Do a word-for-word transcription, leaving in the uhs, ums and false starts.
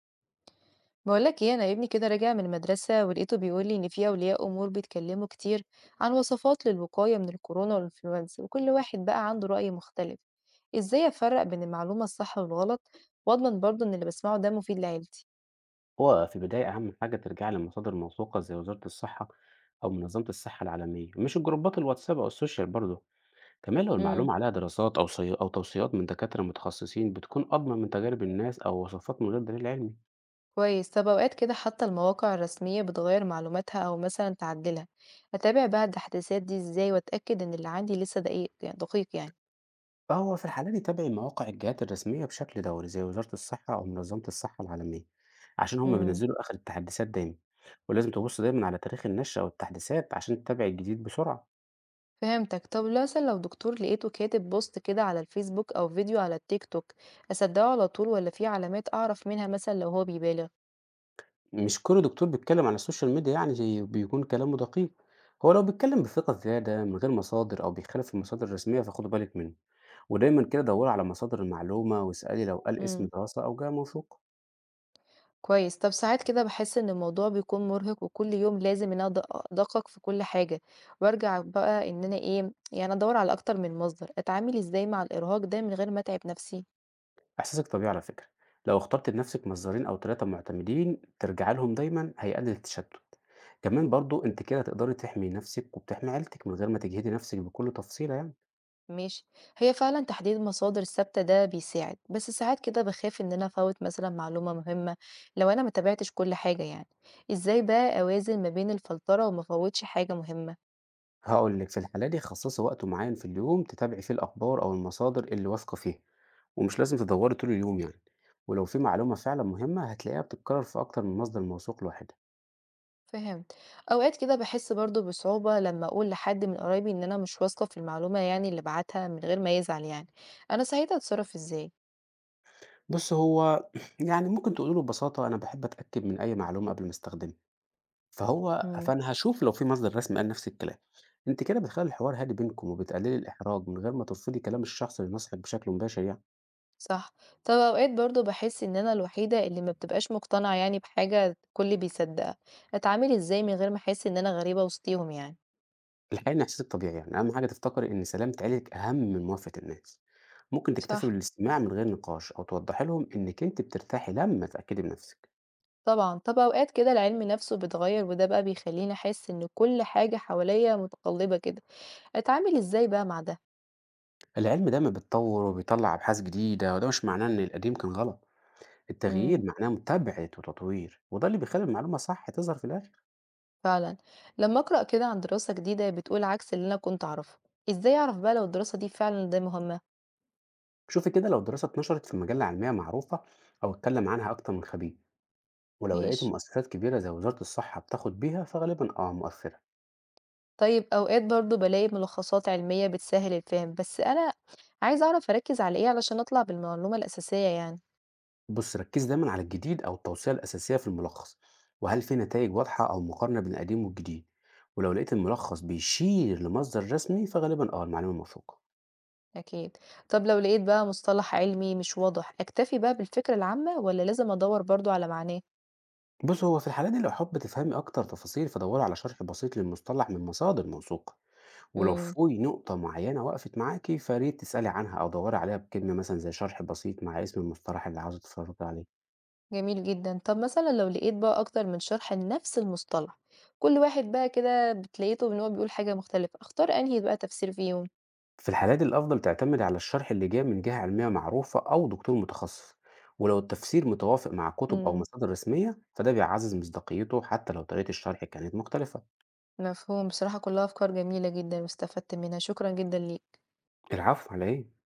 بقول لك ايه؟ انا ابني كده راجع من المدرسه ولقيته بيقول لي ان في اولياء امور بيتكلموا كتير عن وصفات للوقايه من الكورونا والانفلونزا، وكل واحد بقى عنده راي مختلف. ازاي افرق بين المعلومه الصح والغلط، واضمن برضه ان اللي بسمعه ده مفيد لعيلتي؟ هو في البداية أهم حاجة ترجع لمصادر موثوقة زي وزارة الصحة أو منظمة الصحة العالمية، مش الجروبات الواتساب أو السوشيال برضه. كمان لو امم المعلومة عليها دراسات أو صي... أو توصيات من دكاترة متخصصين بتكون أضمن من تجارب الناس أو وصفات من غير دليل علمي. كويس. طب اوقات كده حتى المواقع الرسميه بتغير معلوماتها او مثلا تعدلها، اتابع بقى التحديثات دي ازاي واتاكد ان اللي عندي لسه دقيق، يعني دقيق؟ فهو في الحالة دي تابع مواقع الجهات الرسمية بشكل دوري زي وزارة الصحة أو منظمة الصحة العالمية، عشان هما يعني بينزلوا آخر التحديثات دايما. ولازم تبص دايما على تاريخ النشر أو التحديثات عشان تتابع الجديد بسرعة. فهمتك. طب مثلا لو دكتور لقيته كاتب بوست كده على الفيسبوك او فيديو على التيك توك، اصدقه على طول ولا في علامات اعرف منها مثلا لو هو بيبالغ؟ مش كل دكتور بيتكلم عن السوشيال ميديا يعني زي- بيكون كلامه دقيق. هو لو بيتكلم بثقة زيادة من غير مصادر أو بيخالف المصادر الرسمية فخدوا بالك منه، ودايما كده دوري على مصادر المعلومة واسألي لو قال اسم امم دراسة أو جامعة موثوق. كويس. طب ساعات كده بحس ان الموضوع بيكون مرهق، وكل يوم لازم ان انا أدق- ادقق في كل حاجة وارجع بقى ان انا ايه يعني، ادور على اكتر من مصدر. اتعامل ازاي مع الارهاق ده من غير ما اتعب نفسي؟ إحساسك طبيعي على فكرة. لو اخترت لنفسك مصدرين أو ثلاثة معتمدين ترجع لهم دايما هيقلل التشتت. كمان برضو أنت كده تقدري تحمي نفسك وبتحمي عيلتك من غير ما تجهدي نفسك بكل تفصيلة يعني. ماشي. هي فعلا تحديد مصادر ثابتة ده بيساعد، بس ساعات كده بخاف ان انا افوت مثلا معلومة مهمة لو انا ما تابعتش كل حاجة يعني. ازاي بقى اوازن ما بين الفلترة وما فوتش حاجة مهمة؟ هقول لك في الحالة دي خصصي وقت معين في اليوم تتابعي فيه الأخبار أو المصادر اللي واثقة فيها، ومش لازم تدوري طول اليوم يعني. ولو في معلومة فعلا مهمة هتلاقيها بتتكرر في أكتر من مصدر موثوق لوحدها. فهمت. اوقات كده بحس برضو بصعوبة لما اقول لحد من قرايبي ان انا مش واثقة في المعلومة يعني اللي بعتها، من غير ما يزعل يعني. انا ساعتها اتصرف ازاي؟ بص هو يعني ممكن تقوله ببساطة: أنا بحب أتأكد من أي معلومة قبل ما أستخدمها، فهو مم. فأنا هشوف لو في مصدر رسمي قال نفس الكلام. أنت كده بتخلي الحوار هادي بينكم وبتقللي الإحراج من غير ما ترفضي كلام الشخص اللي نصحك بشكل مباشر يعني. صح. طب أوقات برضه باحس إن أنا الوحيدة اللي ما بتبقاش مقتنعة يعني بحاجة الكل بيصدّقها، أتعامل إزاي من غير ما أحس إن أنا غريبة وسطيهم يعني؟ الحقيقة إن إحساسِك طبيعي، يعني أهم حاجة تفتكري إن سلامة عيلتِك أهم من موافقة الناس. ممكن تكتفي صح. بالاستماع من غير نقاش أو توضحي لهم إنِّك أنتِ بترتاحي لمّا تأكدي بنفسِك. طبعًا. طب أوقات كده العلم نفسه بيتغيّر وده بقى بيخلّيني أحس إن كل حاجة حواليّا متقلّبة كده، أتعامل إزاي بقى مع ده؟ العلم دايمًا بيتطور وبيطلّع أبحاث جديدة، وده مش معناه إن القديم كان غلط. التغيير إمم. معناه متابعة وتطوير، وده اللي بيخلّي المعلومة صح تظهر في الآخر. فعلًا. لمّا أقرأ كده عن دراسة جديدة بتقول عكس اللي أنا كنت أعرفه، إزاي أعرف بقى لو الدراسة دي فعلًا ده مهمة؟ شوفي كده، لو الدراسة اتنشرت في مجلة علمية معروفة أو اتكلم عنها أكتر من خبير، ولو لقيتِ ماشي. مؤسسات كبيرة زي وزارة الصحة بتاخد بيها فغالبًا آه مؤثرة. طيب أوقات برضه بالاقي ملخصات علمية بتسهل الفهم، بس أنا عايزة أعرف أركز على إيه علشان أطلع بالمعلومة الأساسية يعني. بص ركز دايما على الجديد أو التوصية الأساسية في الملخص، وهل في نتائج واضحة أو مقارنة بين القديم والجديد. ولو لقيت الملخص بيشير لمصدر رسمي فغالبا اه المعلومة موثوقة. أكيد. طب لو لقيت بقى مصطلح علمي مش واضح، أكتفي بقى بالفكرة العامة ولا لازم أدور برضه على معناه؟ بص هو في الحالة دي لو حابة تفهمي أكتر تفاصيل فدوري على شرح بسيط للمصطلح من مصادر موثوقة. ولو امم في نقطة معينة وقفت معاكي فريد تسألي عنها أو دوري عليها بكلمة مثلا زي شرح بسيط مع اسم المصطلح اللي عاوزة تتفرجي عليه. جميل جدا. طب مثلا لو لقيت بقى أكتر من شرح لنفس المصطلح، كل واحد بقى كده بتلاقيته إن هو بيقول حاجة مختلفة، أختار أنهي بقى تفسير فيهم؟ في الحالات دي الأفضل تعتمد على الشرح اللي جاي من جهة علمية معروفة أو دكتور متخصص، ولو التفسير متوافق مع كتب أو امم مصادر رسمية فده بيعزز مصداقيته حتى لو طريقة الشرح كانت مختلفة. مفهوم. بصراحة كلها أفكار جميلة جدا واستفدت منها، شكرا جدا ليك. العفو على إيه؟